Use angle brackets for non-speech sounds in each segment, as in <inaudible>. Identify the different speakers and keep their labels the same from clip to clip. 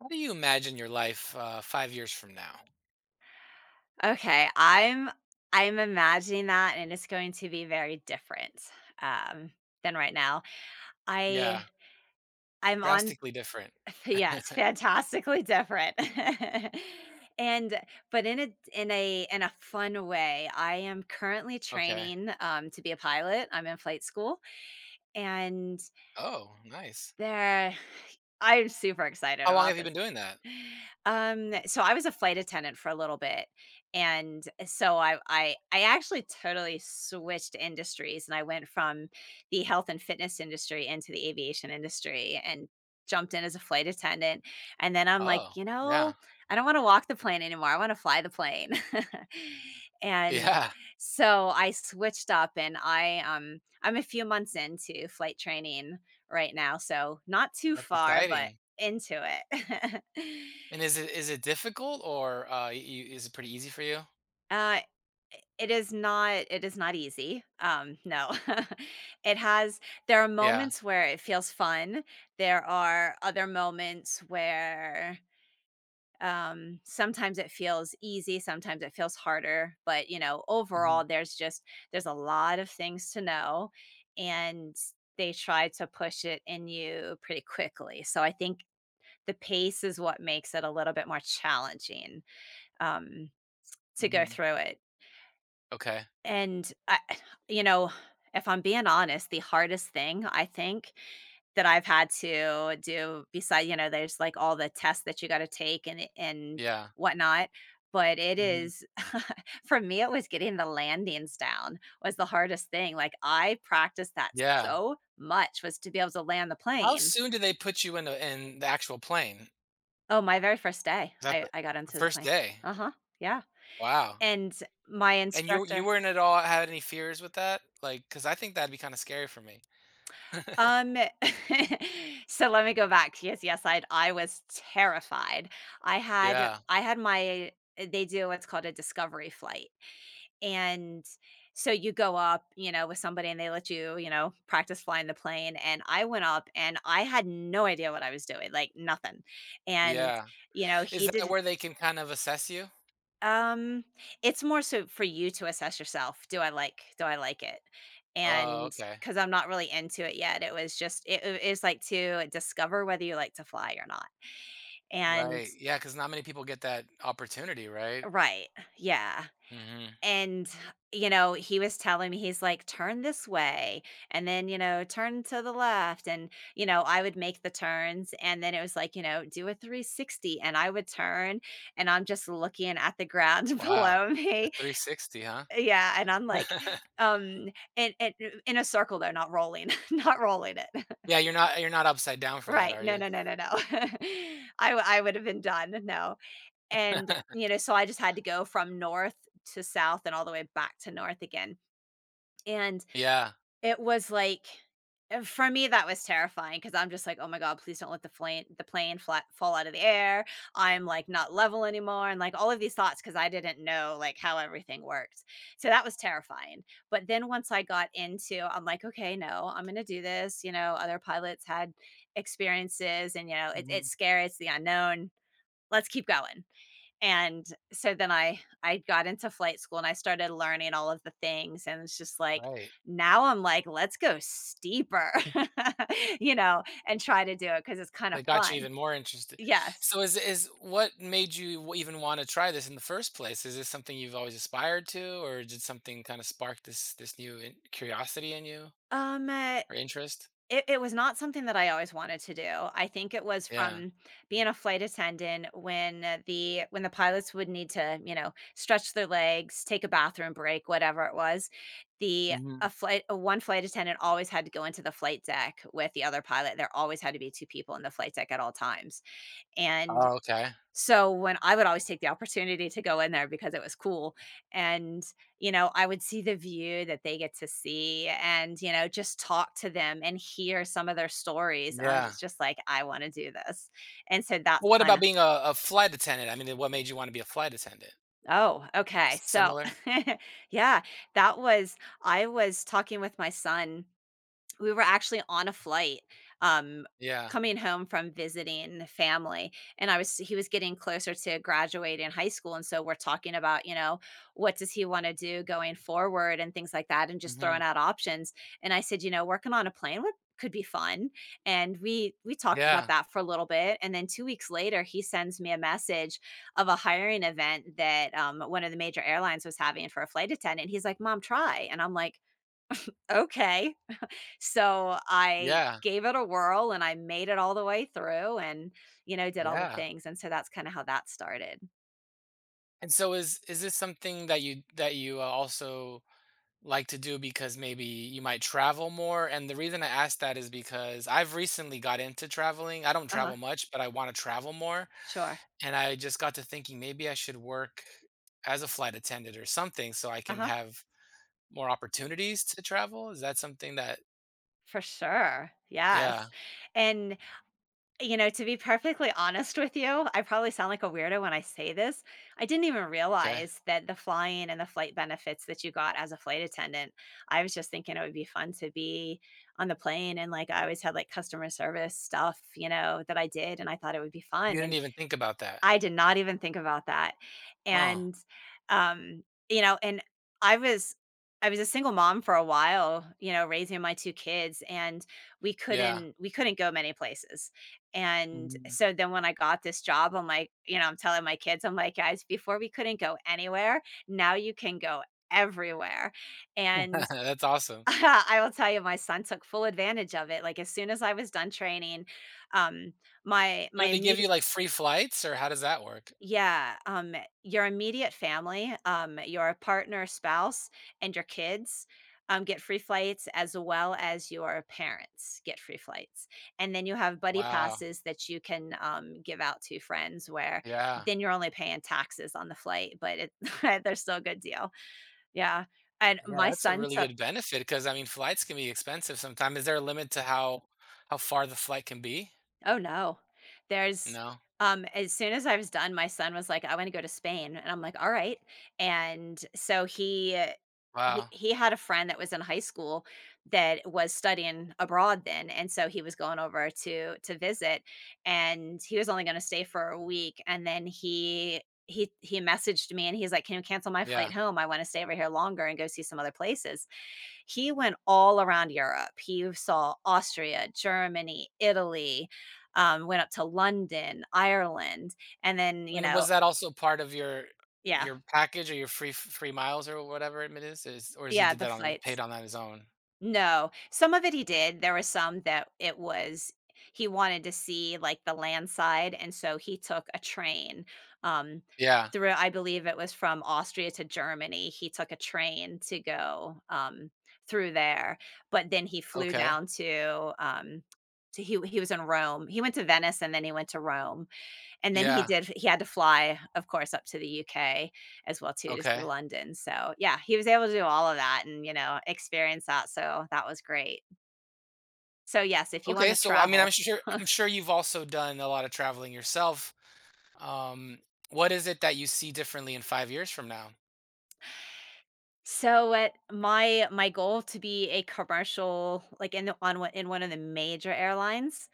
Speaker 1: How do you imagine your life 5 years from now?
Speaker 2: Okay, I'm imagining that and it's going to be very different, um, than right now.
Speaker 1: Yeah,
Speaker 2: I I'm on
Speaker 1: drastically different.
Speaker 2: <laughs> yeah, it's
Speaker 1: <laughs>
Speaker 2: fantastically different. <laughs> And But in a fun way, I am currently
Speaker 1: Okay.
Speaker 2: training, to be a pilot. I'm in flight school, and
Speaker 1: Oh, nice.
Speaker 2: there <sighs> I'm super excited
Speaker 1: How long
Speaker 2: about
Speaker 1: have you
Speaker 2: this.
Speaker 1: been doing that?
Speaker 2: So I was a flight attendant for a little bit, and so I actually totally switched industries, and I went from the health and fitness industry into the aviation industry, and jumped in as a flight attendant. And then I'm like,
Speaker 1: Oh, yeah,
Speaker 2: I don't want to walk the plane anymore. I want to fly the plane. <laughs>
Speaker 1: <laughs>
Speaker 2: And
Speaker 1: yeah.
Speaker 2: so I switched up, and I I'm a few months into flight training right now, so not too
Speaker 1: That's
Speaker 2: far, but
Speaker 1: exciting.
Speaker 2: into it. <laughs>
Speaker 1: And is it difficult or is it pretty easy for you?
Speaker 2: uh, it is not easy. No. <laughs> it has There are
Speaker 1: Yeah.
Speaker 2: moments where it feels fun. There are other moments where sometimes it feels easy, sometimes it feels harder, but you know,
Speaker 1: Hmm.
Speaker 2: overall there's a lot of things to know, and they try to push it in you pretty quickly. So I think the pace is what makes it a little bit more challenging. Um, To go
Speaker 1: Hmm.
Speaker 2: through it,
Speaker 1: Okay.
Speaker 2: and I <sighs> you know, if I'm being honest, the hardest thing I think that I've had to do, beside there's, like, all the tests that you gotta take and
Speaker 1: Yeah.
Speaker 2: whatnot, but it
Speaker 1: Hmm.
Speaker 2: is <laughs> for me, it was getting the landings down, was the hardest thing, like, I practiced that
Speaker 1: Yeah.
Speaker 2: so much, was to be able to land the
Speaker 1: How
Speaker 2: plane.
Speaker 1: soon do they put you in the actual plane?
Speaker 2: Oh, my very first day,
Speaker 1: Is that
Speaker 2: I got
Speaker 1: the
Speaker 2: into the
Speaker 1: first
Speaker 2: plane.
Speaker 1: day?
Speaker 2: Uh-huh, yeah,
Speaker 1: Wow.
Speaker 2: and my
Speaker 1: And you
Speaker 2: instructor
Speaker 1: weren't at all had any fears with that? Like, because I think that'd be kind of scary for me. <laughs>
Speaker 2: Um, <laughs> so let me go back. Yes, yes, I was terrified. I had
Speaker 1: Yeah.
Speaker 2: I had my they do what's called a discovery flight. And so you go up, you know, with somebody and they let you, you know, practice flying the plane. And I went up and I had no idea what I was doing, like nothing. And,
Speaker 1: Yeah.
Speaker 2: you know,
Speaker 1: Is
Speaker 2: he
Speaker 1: that
Speaker 2: did
Speaker 1: where they can kind of assess you?
Speaker 2: um, it's more so for you to assess yourself. Do I like it?
Speaker 1: Oh,
Speaker 2: And
Speaker 1: okay.
Speaker 2: because 'cause I'm not really into it yet, it was just it is like to discover whether you like to fly or not. And
Speaker 1: Right. Yeah, because not many people get that opportunity, right?
Speaker 2: right, yeah.
Speaker 1: Mhm.
Speaker 2: And, you know, he was telling me, he's like, "Turn this way, and then, you know, turn to the left." And, you know, I would make the turns, and then it was like, you know, "Do a 360," and I would turn, and I'm just looking at the ground <laughs>
Speaker 1: Wow.
Speaker 2: below
Speaker 1: The
Speaker 2: me.
Speaker 1: 360, huh?
Speaker 2: Yeah, and I'm
Speaker 1: <laughs>
Speaker 2: like, um, and in a circle though, not rolling, <laughs> not rolling it.
Speaker 1: Yeah, you're not upside down for that,
Speaker 2: Right.
Speaker 1: are you?
Speaker 2: No, no, no, no, no. <laughs> I would have been done. No. And,
Speaker 1: <laughs>
Speaker 2: you know, so I just had to go from north to south and all the way back to north again. And
Speaker 1: Yeah.
Speaker 2: it was like for me, that was terrifying because 'cause I'm just like, "Oh my god, please don't let the plane flat fall out of the air. I'm, like, not level anymore," and, like, all of these thoughts because I didn't know, like, how everything works. So that was terrifying. But then once I got into I'm like, "Okay, no, I'm gonna do this," you know, other pilots had experiences and, you know, "It's
Speaker 1: Mhm.
Speaker 2: scary, it's the unknown. Let's keep going." And so then I got into flight school and I started learning all of the things, and it's just like,
Speaker 1: Right.
Speaker 2: now I'm like, "Let's go steeper," <laughs> you know, and try to do it because it's kinda
Speaker 1: They got you
Speaker 2: fun.
Speaker 1: even more interested.
Speaker 2: Yes.
Speaker 1: So is what made you w even wanna try this in the first place? Is this something you've always aspired to, or did something kinda spark this new in curiosity in you
Speaker 2: Um, uh
Speaker 1: or interest?
Speaker 2: It was not something that I always wanted to do. I think it was
Speaker 1: Yeah.
Speaker 2: from being a flight attendant when the when the pilots would need to, you know, stretch their legs, take a bathroom break, whatever it was. The
Speaker 1: Mhm.
Speaker 2: a flight a one flight attendant always had to go into the flight deck with the other pilot. There always had to be two people in the flight deck at all times. And
Speaker 1: Oh, okay.
Speaker 2: so when I would always take the opportunity to go in there because it was cool, and, you know, I would see the view that they get to see and, you know, just talk to them and hear some of their stories, and I
Speaker 1: Yeah.
Speaker 2: was just like, "I wanna do this," and so that's
Speaker 1: Well, what about
Speaker 2: kinda
Speaker 1: being a flight attendant? I mean, what made you wanna be a flight attendant?
Speaker 2: Oh, okay,
Speaker 1: S
Speaker 2: so
Speaker 1: similar?
Speaker 2: <laughs> yeah, that was I was talking with my son. We were actually on a flight, um,
Speaker 1: Yeah.
Speaker 2: coming home from visiting the family, and I was he was getting closer to graduating high school, and so we're talking about, you know, what does he wanna do going forward and things like that, and just throwing
Speaker 1: Mhm.
Speaker 2: out options, and I said, "You know, working on a plane would could be fun," and we talked about
Speaker 1: Yeah.
Speaker 2: that for a little bit, and then 2 weeks later, he sends me a message of a hiring event that, one of the major airlines was having for a flight attendant, he's like, "Mom, try," and I'm like, "Okay." So I
Speaker 1: Yeah.
Speaker 2: gave it a whirl and I made it all the way through and, you know, did all the
Speaker 1: Yeah.
Speaker 2: things. And so that's kind of how that started.
Speaker 1: And so is this something that you also like to do because maybe you might travel more? And the reason I ask that is because I've recently got into traveling. I don't
Speaker 2: Uh-huh.
Speaker 1: travel much, but I wanna travel more,
Speaker 2: Sure.
Speaker 1: and I just got to thinking maybe I should work as a flight attendant or something so I can
Speaker 2: Uh-huh.
Speaker 1: have more opportunities to travel. Is that something that?
Speaker 2: For sure. Yes.
Speaker 1: Yeah,
Speaker 2: And, you know, to be perfectly <laughs> honest with you, I probably sound like a weirdo when I say this. I didn't even
Speaker 1: okay.
Speaker 2: realize that the flying and the flight benefits that you got as a flight attendant, I was just thinking it would be fun to be on the plane. And like, I always had like customer service stuff, you know, that I did. And I thought it would be
Speaker 1: You
Speaker 2: fun.
Speaker 1: didn't
Speaker 2: And
Speaker 1: even think about that.
Speaker 2: I did not even think about that,
Speaker 1: Huh.
Speaker 2: and, um, you know, and I was I was a single mom for a while, you know, raising my 2 kids, and
Speaker 1: Yeah.
Speaker 2: we couldn't go many places, and
Speaker 1: Mhm.
Speaker 2: so then when I got this job, I'm like you know, I'm telling my kids, I'm like, "Guys, before we couldn't go anywhere, now you can go everywhere," and
Speaker 1: <laughs> That's awesome.
Speaker 2: <laughs> I will tell you, my son took full advantage of it, like, as soon as I was done training, um, my
Speaker 1: So,
Speaker 2: my
Speaker 1: do they give
Speaker 2: immediate
Speaker 1: you, like, free flights, or how does that work?
Speaker 2: yeah, your immediate family, your partner, spouse, and your kids, get free flights, as well as your parents get free flights. And then you have buddy
Speaker 1: Wow.
Speaker 2: passes that you can, give out to friends where
Speaker 1: Yeah.
Speaker 2: then you're only paying taxes on the flight, but it <laughs> they're still a good deal. Yeah, and
Speaker 1: Yeah,
Speaker 2: my
Speaker 1: that's a
Speaker 2: son
Speaker 1: really
Speaker 2: took
Speaker 1: good benefit because I mean, flights can be expensive sometimes. Is there a limit to how far the flight can be?
Speaker 2: Oh, no. There's
Speaker 1: No?
Speaker 2: as soon as I was done, my son was like, "I wanna go to Spain," and I'm like, "All right," and so
Speaker 1: Wow.
Speaker 2: he had a friend that was in high school that was studying abroad then, and so he was going over to visit, and he was only gonna stay for a week, and then he messaged me and he's like, "Can you cancel my flight
Speaker 1: Yeah.
Speaker 2: home? I wanna stay over here longer and go see some other places." He went all around Europe. He saw Austria, Germany, Italy, went up to London, Ireland, and then, you
Speaker 1: And
Speaker 2: know
Speaker 1: was that also part of
Speaker 2: Yeah.
Speaker 1: your package or your free f free miles or whatever it is? Is or is he
Speaker 2: Yeah,
Speaker 1: did
Speaker 2: the
Speaker 1: that on paid
Speaker 2: flights.
Speaker 1: on that his own?
Speaker 2: No, some of it he did. There was some that it was he wanted to see, like, the land side, and so he took a train, um,
Speaker 1: Yeah.
Speaker 2: through I believe it was from Austria to Germany. He took a train to go, through there, but then he flew
Speaker 1: Okay.
Speaker 2: down to, he was in Rome. He went to Venice, and then he went to Rome. And then
Speaker 1: Yeah.
Speaker 2: he had to fly, of course, up to the UK as well too to see
Speaker 1: Okay.
Speaker 2: London, so, yeah, he was able to do all of that and, you know, experience that, so that was great. So, yes, if you
Speaker 1: Okay,
Speaker 2: wanna
Speaker 1: so I mean, I'm
Speaker 2: travel.
Speaker 1: sure I'm
Speaker 2: <laughs>
Speaker 1: sure you've also done a lot of traveling yourself. Um, what is it that you see differently in 5 years from now?
Speaker 2: So, what my goal to be a commercial, like, in one of the major airlines,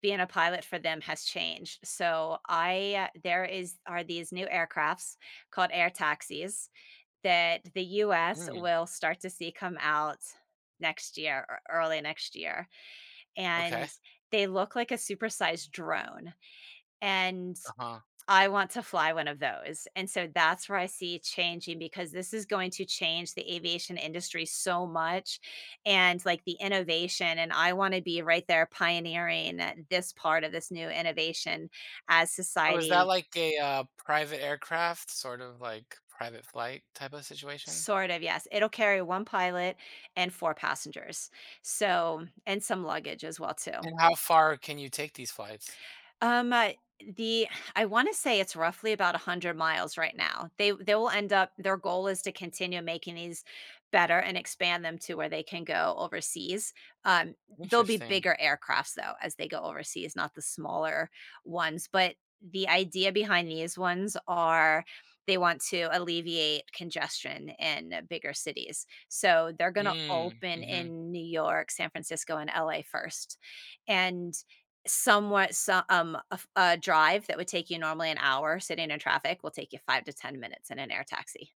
Speaker 2: being a pilot for them has changed. So, I there is are these new aircrafts called air taxis that the US
Speaker 1: Mm,
Speaker 2: will start to see come out next year or early next year,
Speaker 1: okay.
Speaker 2: and they look like a supersized drone, and
Speaker 1: Uh-huh.
Speaker 2: I want to fly one of those, and so that's where I see it changing because this is going to change the aviation industry so much and, like, the innovation, and I wanna be right there pioneering this part of this new innovation as
Speaker 1: So is that
Speaker 2: society
Speaker 1: like a private aircraft, sort of like private flight type of situation?
Speaker 2: Sort of, yes. It'll carry 1 pilot and 4 passengers, so and some luggage as well too.
Speaker 1: And how far can you take these flights?
Speaker 2: Um, uh, the I want to say it's roughly about 100 miles right now. They will end up their goal is to continue making these better and expand them to where they can go overseas. Um, There'll be
Speaker 1: Interesting.
Speaker 2: bigger aircrafts though as they go overseas, not the smaller ones, but the idea behind these ones are they want to alleviate congestion in bigger cities. So they're going to
Speaker 1: Mm, hmm,
Speaker 2: open
Speaker 1: mm-hmm.
Speaker 2: in New York, San Francisco, and LA first. And somewhat so a drive that would take you normally an hour sitting in traffic will take you 5 to 10 minutes in an air taxi.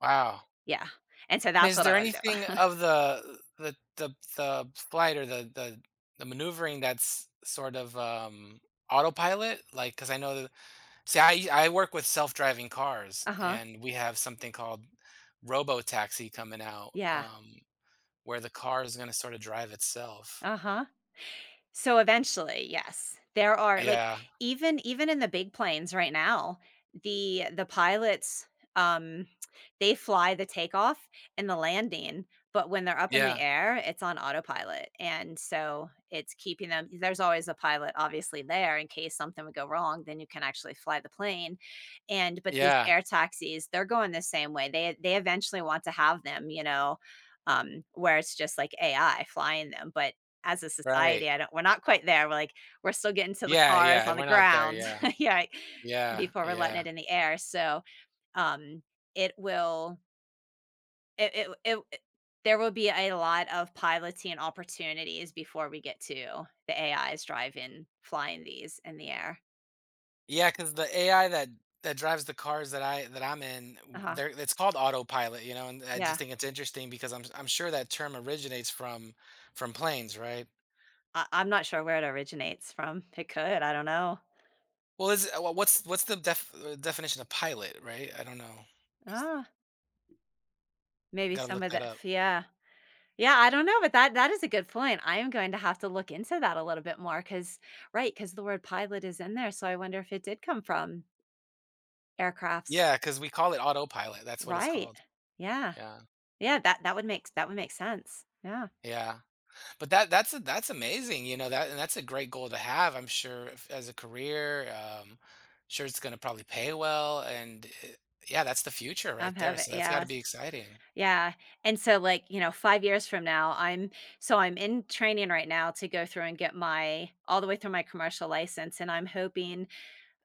Speaker 1: Wow.
Speaker 2: Yeah, and so
Speaker 1: And
Speaker 2: that's
Speaker 1: is
Speaker 2: what
Speaker 1: there
Speaker 2: I would do.
Speaker 1: anything
Speaker 2: <laughs>
Speaker 1: of the flight or the maneuvering that's sort of autopilot? Like, because I know that, see, I work with self-driving cars,
Speaker 2: Uh-huh.
Speaker 1: and we have something called Robo Taxi coming out,
Speaker 2: Yeah.
Speaker 1: where the car is gonna sorta drive itself.
Speaker 2: Uh-huh. So eventually, yes. There are like
Speaker 1: Yeah.
Speaker 2: even in the big planes right now, the pilots, um, they fly the takeoff and the landing, but when they're up in the
Speaker 1: Yeah.
Speaker 2: air, it's on autopilot, and so it's keeping them there's always a pilot obviously there in case something would go wrong, then you can actually fly the plane, and but these
Speaker 1: Yeah.
Speaker 2: air taxis, they're going the same way. They eventually want to have them, you know, where it's just like AI flying them, but as a
Speaker 1: Right.
Speaker 2: society, I don't we're not quite there, we're, like, we're still getting to the
Speaker 1: Yeah,
Speaker 2: cars
Speaker 1: yeah,
Speaker 2: on
Speaker 1: we're
Speaker 2: the
Speaker 1: not there.
Speaker 2: ground,
Speaker 1: Yeah,
Speaker 2: <laughs> yeah, right,
Speaker 1: yeah,
Speaker 2: before we're letting
Speaker 1: yeah,
Speaker 2: it in the air, so, um, it will it it it it there will be a lot of piloting opportunities before we get to the AIs driving flying these in the air.
Speaker 1: yeah. Because the AI that drives the cars that I'm in, w
Speaker 2: Uh-huh,
Speaker 1: they're it's called autopilot, you know, and I just
Speaker 2: yeah.
Speaker 1: think it's interesting because I'm sure that term originates from planes, right?
Speaker 2: I'm not sure where it originates from. It could, I don't know.
Speaker 1: Well, is what's what's the definition of pilot, right? I don't know. It's,
Speaker 2: Ah,
Speaker 1: I
Speaker 2: maybe
Speaker 1: gotta
Speaker 2: some
Speaker 1: look
Speaker 2: of
Speaker 1: that
Speaker 2: the
Speaker 1: up.
Speaker 2: yeah. Yeah, I don't know, but that is a good point. I am going to have to look into that a little bit more because, right, because the word pilot is in there, so I wonder if it did come from aircrafts.
Speaker 1: Yeah, because we call it autopilot, that's what it's
Speaker 2: Right.
Speaker 1: called.
Speaker 2: Yeah.
Speaker 1: Yeah,
Speaker 2: Yeah, that would make sense. Yeah.
Speaker 1: yeah. But that that's a that's amazing, you know, that and that's a great goal to have, I'm sure, if as a career, sure it's gonna probably pay well, and, yeah, that's the future
Speaker 2: I'm
Speaker 1: right there,
Speaker 2: having
Speaker 1: so that's gotta
Speaker 2: yes.
Speaker 1: be exciting.
Speaker 2: Yeah. And so, like, you know, 5 years from now, I'm in training right now to go through and get my all the way through my commercial license, and I'm hoping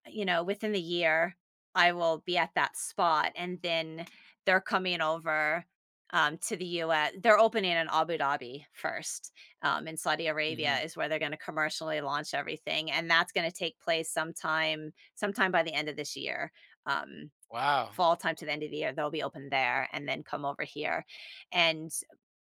Speaker 2: you know, within the year, I will be at that spot, and then they're coming over, to the US. They're opening in Abu Dhabi first. In Saudi Arabia
Speaker 1: Mhm.
Speaker 2: is where they're gonna commercially launch everything, and that's gonna take place sometime by the end of this year. Um
Speaker 1: Wow.
Speaker 2: Fall time to the end of the year, they'll be open there and then come over here, and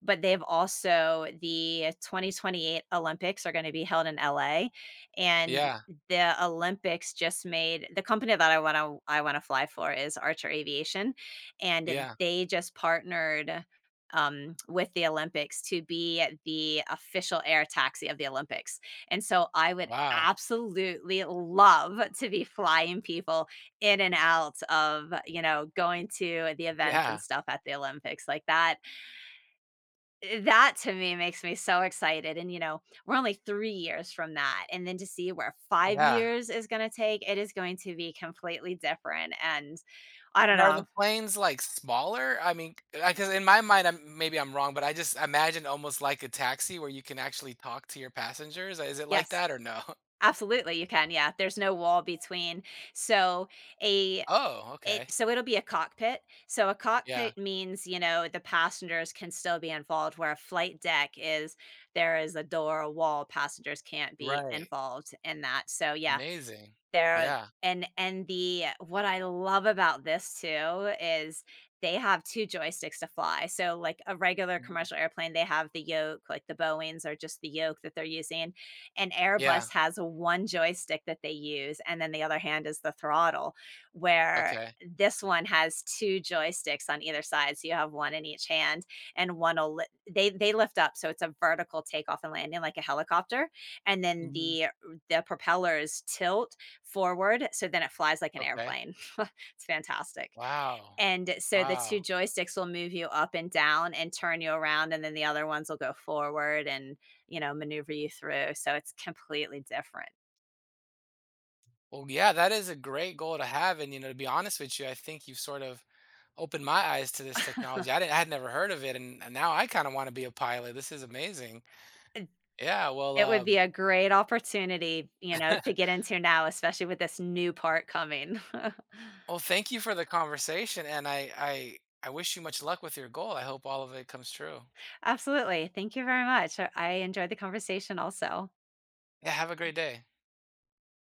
Speaker 2: but they've also the 2028 Olympics are gonna be held in LA, and
Speaker 1: Yeah,
Speaker 2: the Olympics just made the company that I wanna fly for is Archer Aviation, and
Speaker 1: yeah.
Speaker 2: they just partnered, with the Olympics to be the official air taxi of the Olympics, and so I would
Speaker 1: Wow.
Speaker 2: absolutely love to be flying people in and out of, you know, going to the events
Speaker 1: Yeah,
Speaker 2: and stuff at the Olympics, like, that that to me makes me so excited, and, you know, we're only 3 years from that, and then to see where 5
Speaker 1: yeah.
Speaker 2: years is gonna take, it is going to be completely different, and I
Speaker 1: And
Speaker 2: don't
Speaker 1: are the
Speaker 2: know.
Speaker 1: planes, like, smaller? I mean, because in my mind, I'm maybe I'm wrong, but I just imagine almost like a taxi where you can actually talk to your passengers. Is it like
Speaker 2: Yes,
Speaker 1: that or no? <laughs>
Speaker 2: absolutely, you can, yeah, there's no wall between. So, a
Speaker 1: Oh,
Speaker 2: it
Speaker 1: okay.
Speaker 2: so it'll be a cockpit. So a
Speaker 1: Yeah.
Speaker 2: cockpit means, you know, the passengers can still be involved, where a flight deck is there is a door, a wall, passengers can't be
Speaker 1: Right.
Speaker 2: involved in that. So, yeah,
Speaker 1: Amazing.
Speaker 2: they're
Speaker 1: Yeah.
Speaker 2: and the what I love about this too is they have 2 joysticks to fly. So, like, a regular
Speaker 1: Mhm.
Speaker 2: commercial airplane, they have the yoke, like, the Boeings are just the yoke that they're using, and
Speaker 1: Yeah.
Speaker 2: Airbus has 1 joystick that they use, and then the other hand is the throttle, where
Speaker 1: Okay.
Speaker 2: this one has 2 joysticks on either side, so you have 1 in each hand, and 1 will li they lift up, so it's a vertical takeoff and landing like a helicopter, and then
Speaker 1: Mhm.
Speaker 2: the propellers tilt forward, so then it flies like an
Speaker 1: Okay.
Speaker 2: airplane. <laughs> It's fantastic,
Speaker 1: Wow.
Speaker 2: and so the 2
Speaker 1: Wow.
Speaker 2: joysticks will move you up and down and turn you around, and then the other ones will go forward and, you know, maneuver you through, so it's completely different.
Speaker 1: Well, yeah, that is a great goal to have, and, you know, to be honest with you, I think you've sort of opened my eyes to this
Speaker 2: <laughs>
Speaker 1: technology. I didn't I had never heard of it, and now I kinda wanna be a pilot. This is amazing. Yeah, well,
Speaker 2: It would be a great opportunity, you know,
Speaker 1: <laughs>
Speaker 2: to get into now, especially with this new part coming. <laughs>
Speaker 1: well, thank you for the conversation, and I wish you much luck with your goal. I hope all of it comes true.
Speaker 2: Absolutely, thank you very much. I enjoyed the conversation also.
Speaker 1: Yeah, have a great day.